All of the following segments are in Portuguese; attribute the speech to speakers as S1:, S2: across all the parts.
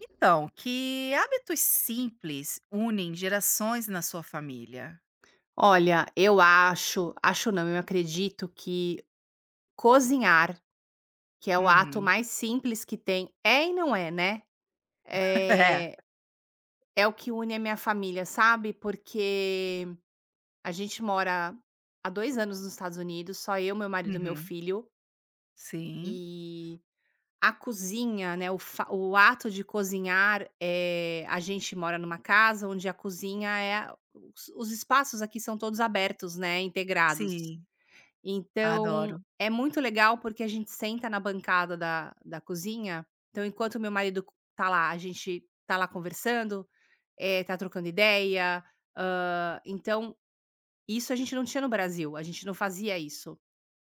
S1: Então, que hábitos simples unem gerações na sua família?
S2: Olha, eu acho, acho não, eu acredito que cozinhar, que é o ato
S1: Uhum.
S2: mais simples que tem, é, e não é, né,
S1: É.
S2: eh, é o que une a minha família, sabe, porque a gente mora há 2 anos nos Estados Unidos, só eu, meu marido e meu
S1: Uhum.
S2: filho,
S1: Sim,
S2: e a cozinha, né, o ato de cozinhar, é, a gente mora numa casa onde a cozinha é, os espaços aqui são todos abertos, né, integrados.
S1: sim.
S2: Então,
S1: Adoro.
S2: é muito legal, porque a gente senta na bancada da cozinha, então enquanto meu marido tá lá, a gente tá lá conversando, tá trocando ideia. Então isso a gente não tinha no Brasil, a gente não fazia isso.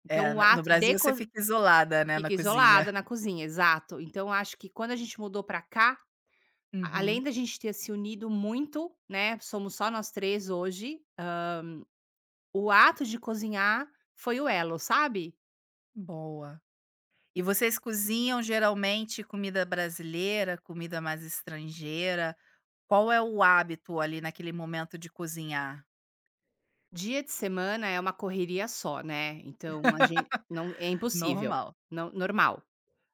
S2: Então
S1: É,
S2: o
S1: no
S2: ato
S1: Brasil
S2: de
S1: você
S2: co
S1: fica isolada, né, na
S2: Fica
S1: cozinha.
S2: isolada na cozinha, exato. Então acho que quando a gente mudou pra cá, além
S1: Uhum.
S2: da gente ter se unido muito, né, somos só nós 3 hoje. O ato de cozinhar foi o elo, sabe?
S1: Boa. E vocês cozinham geralmente comida brasileira, comida mais estrangeira? Qual é o hábito ali naquele momento de cozinhar?
S2: Dia de semana é uma correria só, né, então a gente não, é impossível.
S1: Normal.
S2: Não, normal.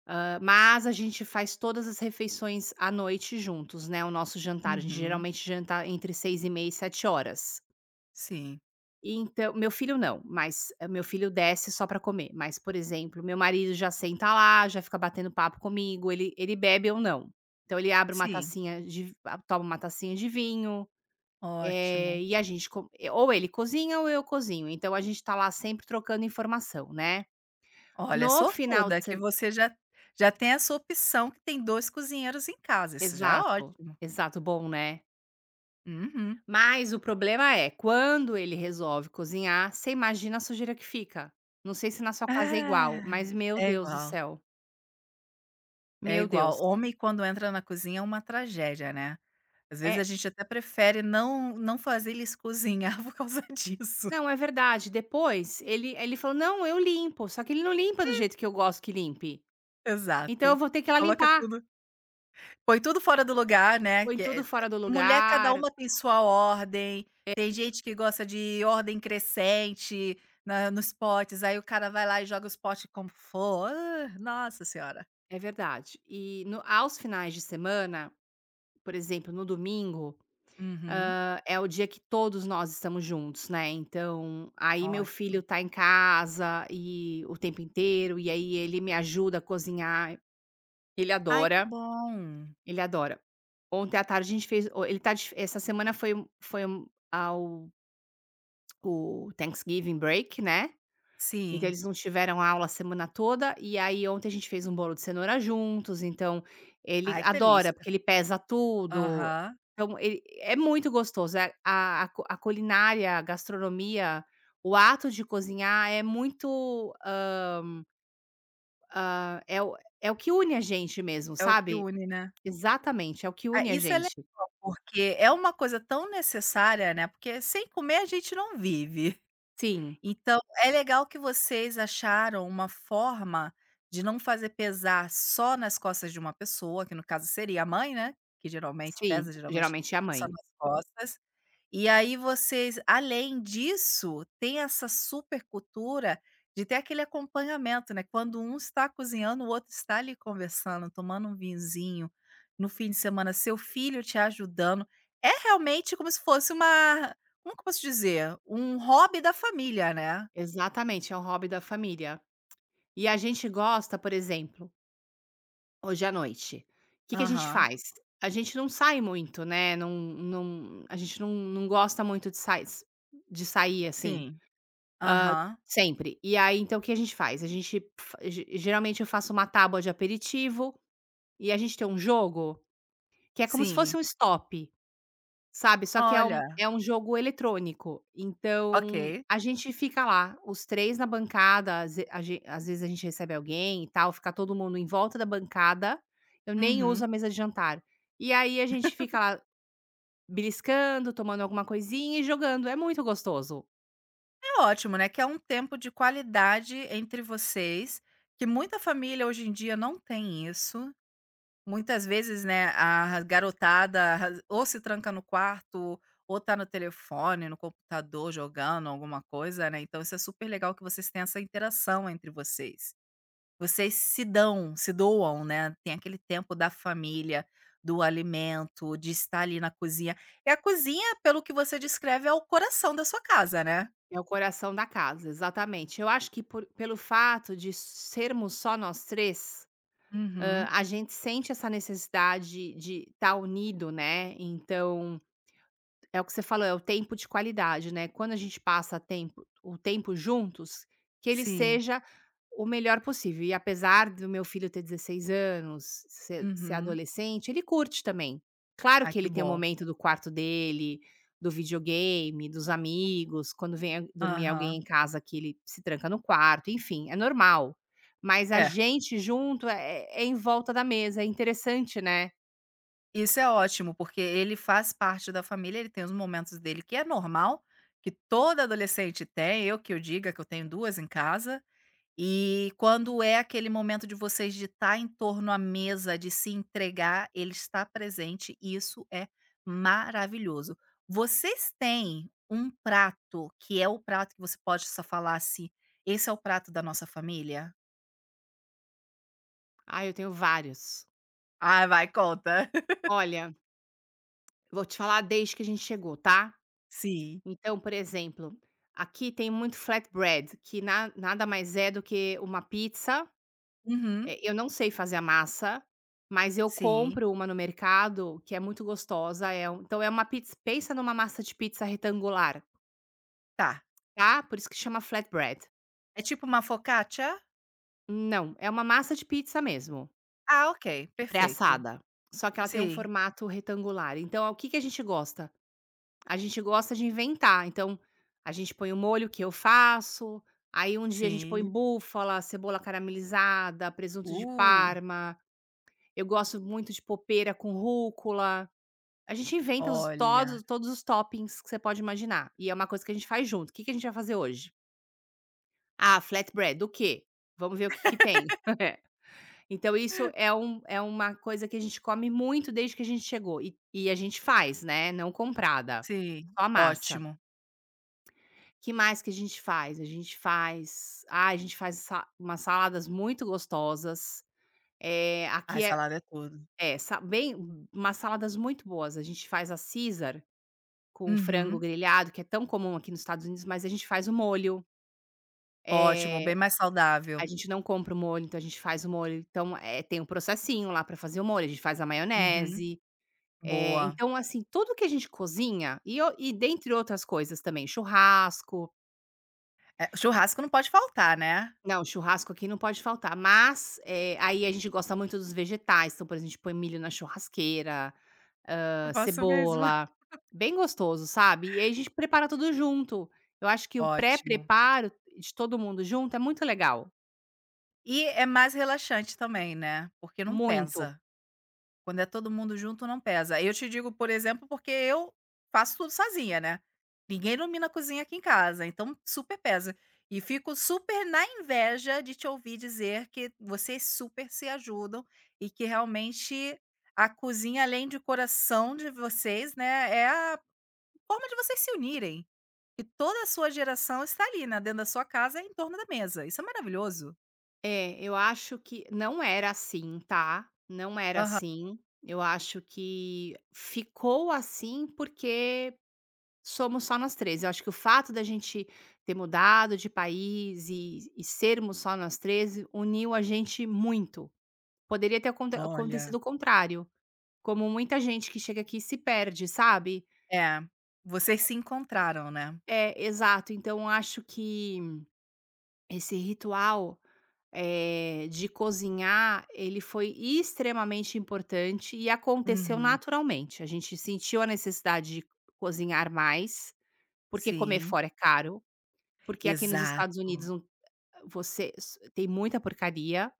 S2: Mas a gente faz todas as refeições à noite juntos, né, o nosso jantar, a gente
S1: Uhum.
S2: geralmente janta entre 6h30 e 7 horas.
S1: Sim,
S2: Então meu filho não, mas meu filho desce só pra comer, mas, por exemplo, meu marido já senta lá, já fica batendo papo comigo, ele bebe ou não. Então ele abre uma
S1: sim.
S2: tacinha de ah, toma uma tacinha de vinho,
S1: Ótimo.
S2: e a gente co ou ele cozinha ou eu cozinho, então a gente tá lá sempre trocando informação, né.
S1: Olha,
S2: No final de
S1: sortuda
S2: se
S1: que você já tem essa opção que tem 2 cozinheiros em casa, isso já é
S2: Exato,
S1: ótimo.
S2: exato, bom, né.
S1: Uhum.
S2: Mas o problema é, quando ele resolve cozinhar, você imagina a sujeira que fica. Não sei se na sua casa é igual,
S1: Ah,
S2: mas meu
S1: é
S2: Deus do
S1: igual,
S2: céu,
S1: é
S2: meu
S1: igual.
S2: Deus.
S1: Homem quando entra na cozinha é uma tragédia, né. Às vezes a
S2: É,
S1: gente até prefere não fazer eles cozinhar por causa disso.
S2: não, é verdade, depois ele falou: "Não, eu limpo", só que ele não limpa do jeito que eu gosto que limpe, então eu
S1: Exato.
S2: vou ter que ir lá
S1: Coloca
S2: limpar.
S1: tudo. Foi tudo fora do lugar, né,
S2: Põe
S1: que é
S2: tudo fora do
S1: mulher, cada
S2: lugar.
S1: uma tem sua ordem, tem gente que gosta de ordem crescente na nos potes, aí o cara vai lá e joga os potes como for, ah, nossa senhora.
S2: É verdade. E no, aos finais de semana, por exemplo, no domingo,
S1: Uhum,
S2: é o dia que todos nós estamos juntos, né, então aí meu
S1: ótimo.
S2: filho tá em casa e o tempo inteiro, e aí ele me ajuda a cozinhar, ele
S1: Ai que
S2: adora,
S1: bom.
S2: ele adora. Ontem à tarde a gente fez o ele tá de Essa semana foi um ao o Thanksgiving break, né. Então
S1: Sim.
S2: eles não tiveram aula a semana toda, e aí ontem a gente fez um bolo de cenoura juntos, então ele
S1: Ai que
S2: adora,
S1: delícia.
S2: porque ele pesa tudo.
S1: Aham,
S2: Então ele é muito gostoso, a culinária, a gastronomia, o ato de cozinhar é muito, é o que une a gente mesmo,
S1: é o que
S2: sabe.
S1: une, né.
S2: Exatamente, é o que
S1: Ah,
S2: une a
S1: isso é legal,
S2: gente.
S1: porque é uma coisa tão necessária, né, porque sem comer a gente não vive.
S2: Sim,
S1: Então, é legal que vocês acharam uma forma de não fazer pesar só nas costas de uma pessoa, que no caso seria a mãe, né, que geralmente
S2: sim,
S1: pesa, geralmente
S2: geralmente é a
S1: só
S2: mãe.
S1: nas costas, e aí vocês, além disso, tem essa supercultura de ter aquele acompanhamento, né, quando um está cozinhando, o outro está ali conversando, tomando um vinhozinho, no fim de semana seu filho te ajudando. É realmente como se fosse uma, como que eu posso dizer? Um hobby da família, né.
S2: Exatamente, é um hobby da família. E a gente gosta, por exemplo. Hoje à noite, o que que a gente
S1: Aham.
S2: faz? A gente não sai muito, né, a gente não não gosta muito de sai de sair, assim,
S1: Sim.
S2: hã,
S1: Aham.
S2: sempre. E aí, então, o que a gente faz? A gente fa ge Geralmente eu faço uma tábua de aperitivo, e a gente tem um jogo que é como se fosse
S1: Sim.
S2: um stop. Sabe, só que é um
S1: Olha,
S2: é um jogo eletrônico, então
S1: ok.
S2: a gente fica lá, os 3 na bancada, às vezes a gente recebe alguém e tal, fica todo mundo em volta da bancada, eu nem uso
S1: Uhum.
S2: a mesa de jantar. E aí a gente fica lá beliscando, tomando alguma coisinha e jogando, é muito gostoso.
S1: É ótimo, né, que é um tempo de qualidade entre vocês, que muita família hoje em dia não tem isso. Muitas vezes, né, a garotada ra ou se tranca no quarto, ou tá no telefone, no computador, jogando alguma coisa, né, então isso é super legal que vocês tenham essa interação entre vocês. Vocês se dão, se doam, né, tem aquele tempo da família, do alimento, de estar ali na cozinha. E a cozinha, pelo que você descreve, é o coração da sua casa, né?
S2: É o coração da casa, exatamente. Eu acho que por pelo fato de sermos só nós três,
S1: Uhum.
S2: a gente sente essa necessidade de estar unido, né, então é o que você falou, é o tempo de qualidade, né. Quando a gente passa tempo o tempo juntos, que ele
S1: Sim.
S2: seja o melhor possível. E apesar do meu filho ter 16 anos, ser
S1: Uhum.
S2: adolescente, ele curte também. Claro
S1: Ai,
S2: que
S1: que
S2: ele tem o
S1: bom.
S2: momento do quarto dele, do videogame, dos amigos, quando vem a dormir alguém
S1: Aham.
S2: em casa, que ele se tranca no quarto, enfim, é normal. Mas a
S1: É.
S2: gente junto é em volta da mesa, é interessante, né.
S1: Isso é ótimo, porque ele faz parte da família, ele tem os momentos dele que é normal, que toda adolescente tem, eu que eu diga, que eu tenho 2 em casa. E quando é aquele momento de vocês de estar em torno à mesa, de se entregar, ele está presente e isso é maravilhoso. Vocês têm um prato que é o prato que você pode só falar assim: "Esse é o prato da nossa família"?
S2: Ah, eu tenho vários.
S1: Ah vai, conta.
S2: Olha, vou te falar desde que a gente chegou, tá?
S1: Sim.
S2: Então, por exemplo, aqui tem muito flatbread, que na nada mais é do que uma pizza.
S1: Uhum,
S2: Eu não sei fazer a massa, mas eu
S1: sim,
S2: compro uma no mercado que é muito gostosa, é então é uma pizza. Pensa numa massa de pizza retangular,
S1: tá.
S2: tá? Por isso que chama flatbread.
S1: É tipo uma focaccia?
S2: Não, é uma massa de pizza mesmo,
S1: Ah, ok, perfeito.
S2: pré-assada, só que ela tem um
S1: Sim,
S2: formato retangular. Então, o que que a gente gosta? A gente gosta de inventar, então a gente põe o molho que eu faço, aí um dia a gente põe
S1: sim.
S2: búfala, cebola caramelizada, presunto de
S1: Uh,
S2: parma, eu gosto muito de popeira com rúcula. A gente inventa os
S1: olha,
S2: todos todos os toppings que você pode imaginar, e é uma coisa que a gente faz junto. O "Que que a gente vai fazer hoje?". "Ah, flatbread. Do quê? Vamos ver o que que tem". Então isso é uma coisa que a gente come muito desde que a gente chegou, e a gente faz, né, não comprada,
S1: sim,
S2: só a massa.
S1: ótimo.
S2: Que mais que a gente faz? A gente faz sa umas saladas muito gostosas,
S1: Ai,
S2: aqui é,
S1: salada é tudo.
S2: é, sa bem, umas saladas muito boas. A gente faz a Caesar com frango
S1: Uhum,
S2: grelhado, que é tão comum aqui nos Estados Unidos, mas a gente faz o molho,
S1: ótimo,
S2: eh,
S1: bem mais saudável.
S2: a gente não compra o molho, então a gente faz o molho, então, tem um processinho lá para fazer o molho, a gente faz a
S1: Uhum,
S2: maionese,
S1: boa.
S2: então assim, tudo que a gente cozinha e dentre outras coisas também, churrasco.
S1: É, churrasco não pode faltar, né?
S2: Não, churrasco aqui não pode faltar, mas, aí a gente gosta muito dos vegetais, então, por exemplo, a gente põe milho na churrasqueira,
S1: Eu faço mesmo.
S2: cebola, bem gostoso, sabe. E aí a gente prepara tudo junto. Eu acho que o
S1: Ótimo.
S2: pré-preparo de todo mundo junto é muito legal,
S1: E é mais relaxante também, né, porque não
S2: muito.
S1: pesa. Quando é todo mundo junto não pesa. Eu te digo, por exemplo, porque eu faço tudo sozinha, né. Ninguém ilumina a cozinha aqui em casa, então super pesa. E fico super na inveja de te ouvir dizer que vocês super se ajudam e que realmente a cozinha, além de coração de vocês, né, é a forma de vocês se unirem. E toda a sua geração está ali, né, dentro da sua casa, em torno da mesa. Isso é maravilhoso.
S2: É, eu acho que não era assim, tá, não era
S1: Aham.
S2: assim. Eu acho que ficou assim porque somos só nós 3. Eu acho que o fato da gente ter mudado de país e sermos só nós 3 uniu a gente muito. Poderia ter
S1: Olha.
S2: acontecido o contrário, como muita gente que chega aqui se perde, sabe?
S1: É, vocês se encontraram, né.
S2: É, exato. Então acho que esse ritual, de cozinhar, ele foi extremamente importante e aconteceu
S1: Uhum.
S2: naturalmente. A gente sentiu a necessidade de cozinhar mais, porque comer
S1: Sim,
S2: fora é caro, porque aqui nos
S1: exato.
S2: Estados Unidos não, você s tem muita porcaria,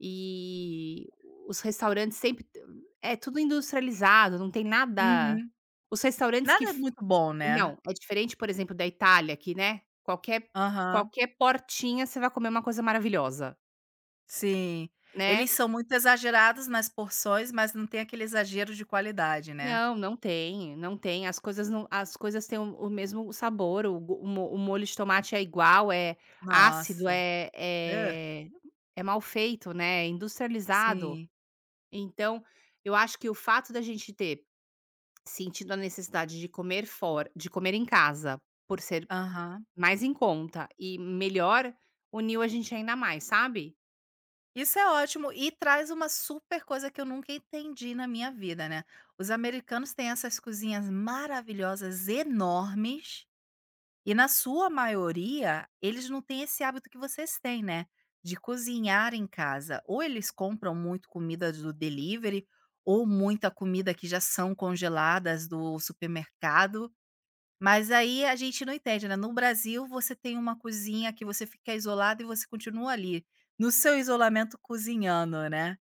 S2: e os restaurantes sempre t é tudo industrializado, não tem nada,
S1: Uhum.
S2: os restaurantes que
S1: Nada é
S2: f
S1: muito bom, né.
S2: não, é diferente, por exemplo, da Itália que, né, qualquer
S1: Aham,
S2: qualquer portinha você vai comer uma coisa maravilhosa,
S1: sim. Eles
S2: né.
S1: são muito exagerados nas porções, mas não tem aquele exagero de qualidade, né.
S2: Não, não tem, não tem, as coisas não as coisas têm o mesmo sabor, o go o mo o molho de tomate é igual, é ácido,
S1: Nossa,
S2: é
S1: hã.
S2: é é mal feito, né, é industrializado.
S1: Sim,
S2: Então, eu acho que o fato da gente ter sentido a necessidade de comer fora, de comer em casa, por ser
S1: aham.
S2: mais em conta e melhor, uniu a gente ainda mais, sabe?
S1: Isso é ótimo e traz uma super coisa que eu nunca entendi na minha vida, né. Os americanos têm essas cozinhas maravilhosas, enormes. E na sua maioria, eles não têm esse hábito que vocês têm, né, de cozinhar em casa. Ou eles compram muito comida do delivery, ou muita comida que já são congeladas do supermercado, mas aí a gente não entende, né. No Brasil, você tem uma cozinha que você fica isolado e você continua ali, no seu isolamento cozinhando, né.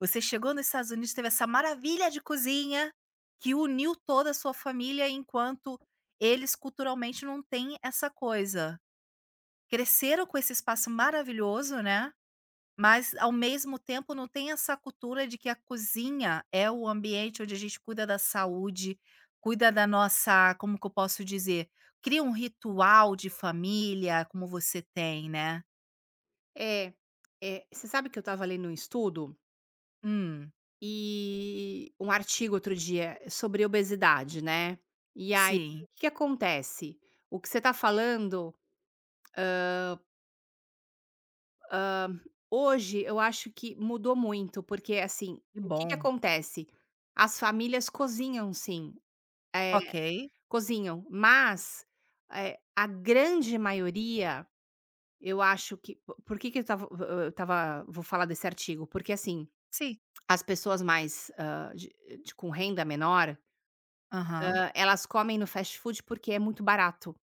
S1: Você chegou nos Estados Unidos, teve essa maravilha de cozinha que uniu toda a sua família, enquanto eles culturalmente não têm essa coisa. Cresceram com esse espaço maravilhoso, né, mas ao mesmo tempo não tem essa cultura de que a cozinha é o ambiente onde a gente cuida da saúde, cuida da nossa, como que eu posso dizer? Cria um ritual de família como você tem, né.
S2: É, é, você sabe que eu estava lendo um estudo
S1: Hum,
S2: e um artigo outro dia sobre obesidade, né? E aí,
S1: sim,
S2: o que que acontece? O que você está falando, hoje eu acho que mudou muito, porque assim,
S1: que
S2: o que que
S1: bom.
S2: acontece? As famílias cozinham sim. eh,
S1: Ok.
S2: Cozinham, mas, a grande maioria, eu acho que po por que que eu estava vou falar desse artigo? Porque, assim,
S1: Sim.
S2: as pessoas mais, de, com renda menor,
S1: Aham,
S2: elas comem no fast food porque é muito barato.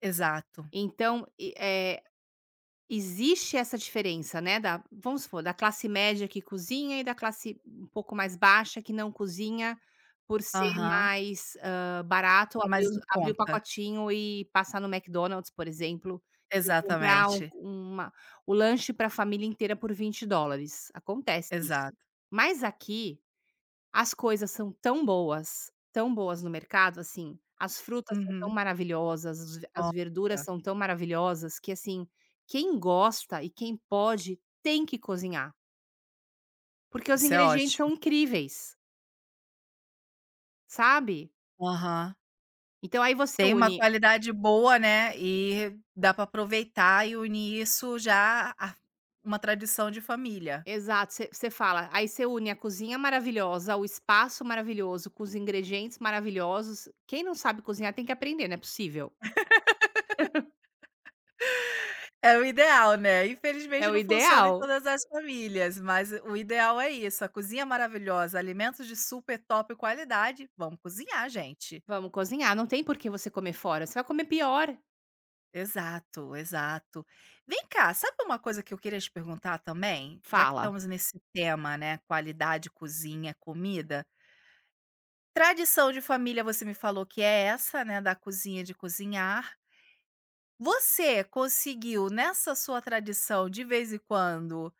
S1: exato.
S2: Então, eh existe essa diferença, né, da, vamos supor, da classe média que cozinha e da classe um pouco mais baixa que não cozinha, por ser
S1: Aham,
S2: mais, barato
S1: mais em
S2: abrir o
S1: conta.
S2: pacotinho e passar no McDonald's, por exemplo, e comprar um
S1: Exatamente,
S2: uma o lanche para a família inteira por US$ 20. Acontece isso.
S1: exato.
S2: Mas aqui as coisas são tão boas no mercado, assim, as frutas são tão
S1: Uhum.
S2: maravilhosas, as verduras
S1: Olha,
S2: são tão maravilhosas que, assim, quem gosta e quem pode tem que cozinhar, porque os
S1: isso é
S2: ingredientes
S1: ótimo.
S2: são incríveis, sabe.
S1: Aham.
S2: Então aí você
S1: Tem uma
S2: une,
S1: qualidade boa, né, e dá pra aproveitar e unir isso já a uma tradição de família.
S2: exato, você fala, aí você une a cozinha maravilhosa, o espaço maravilhoso, com os ingredientes maravilhosos. Quem não sabe cozinhar tem que aprender, não é possível.
S1: É o ideal, né.
S2: É
S1: Infelizmente
S2: o
S1: não funciona em
S2: ideal.
S1: todas as famílias, mas o ideal é isso, a cozinha maravilhosa, alimentos de super top qualidade, vamos cozinhar gente.
S2: Vamos cozinhar, não tem por que você comer fora, você vai comer pior.
S1: Exato, exato. Vem cá, sabe uma coisa que eu queria te perguntar também? Já que
S2: Fala.
S1: estamos nesse tema, né, qualidade, cozinha, comida. Tradição de família, você me falou que é essa, né, da cozinha, de cozinhar. Você conseguiu, nessa sua tradição, de vez em quando,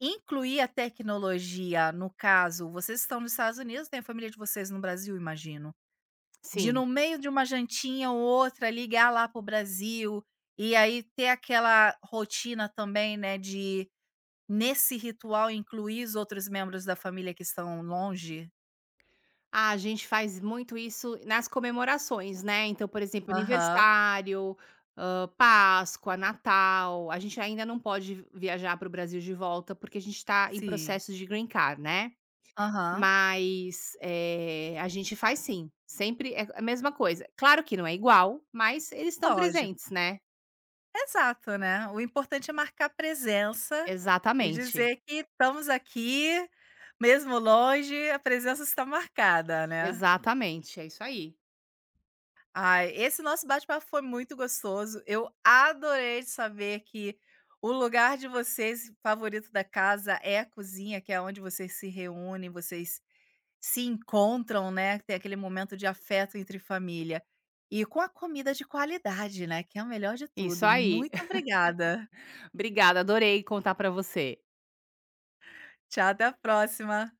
S1: incluir a tecnologia? No caso, vocês estão nos Estados Unidos, tem a família de vocês no Brasil, imagino. De
S2: Sim.
S1: no meio de uma jantinha ou outra ligar lá pro Brasil, e aí ter aquela rotina também, né, de nesse ritual incluir os outros membros da família que estão longe.
S2: Ah, a gente faz muito isso nas comemorações, né, então, por exemplo,
S1: Aham,
S2: aniversário, Páscoa, Natal. A gente ainda não pode viajar para o Brasil de volta, porque a gente está em
S1: sim.
S2: processo de green card, né,
S1: Aham,
S2: mas, a gente faz sim, sempre é a mesma coisa. Claro que não é igual, mas eles estão
S1: lógico.
S2: presentes, né.
S1: Exato, né. O importante é marcar presença e
S2: Exatamente,
S1: dizer que estamos aqui, mesmo longe, a presença está marcada, né.
S2: exatamente, é isso aí,
S1: Ai, esse nosso bate-papo foi muito gostoso. Eu adorei saber que o lugar de vocês favorito da casa é a cozinha, que é onde vocês se reúnem, vocês se encontram, né, tem aquele momento de afeto entre família. E com a comida de qualidade, né, que é o melhor de
S2: isso
S1: tudo.
S2: aí.
S1: Muito obrigada.
S2: Obrigada, adorei contar para você.
S1: Tchau, até a próxima.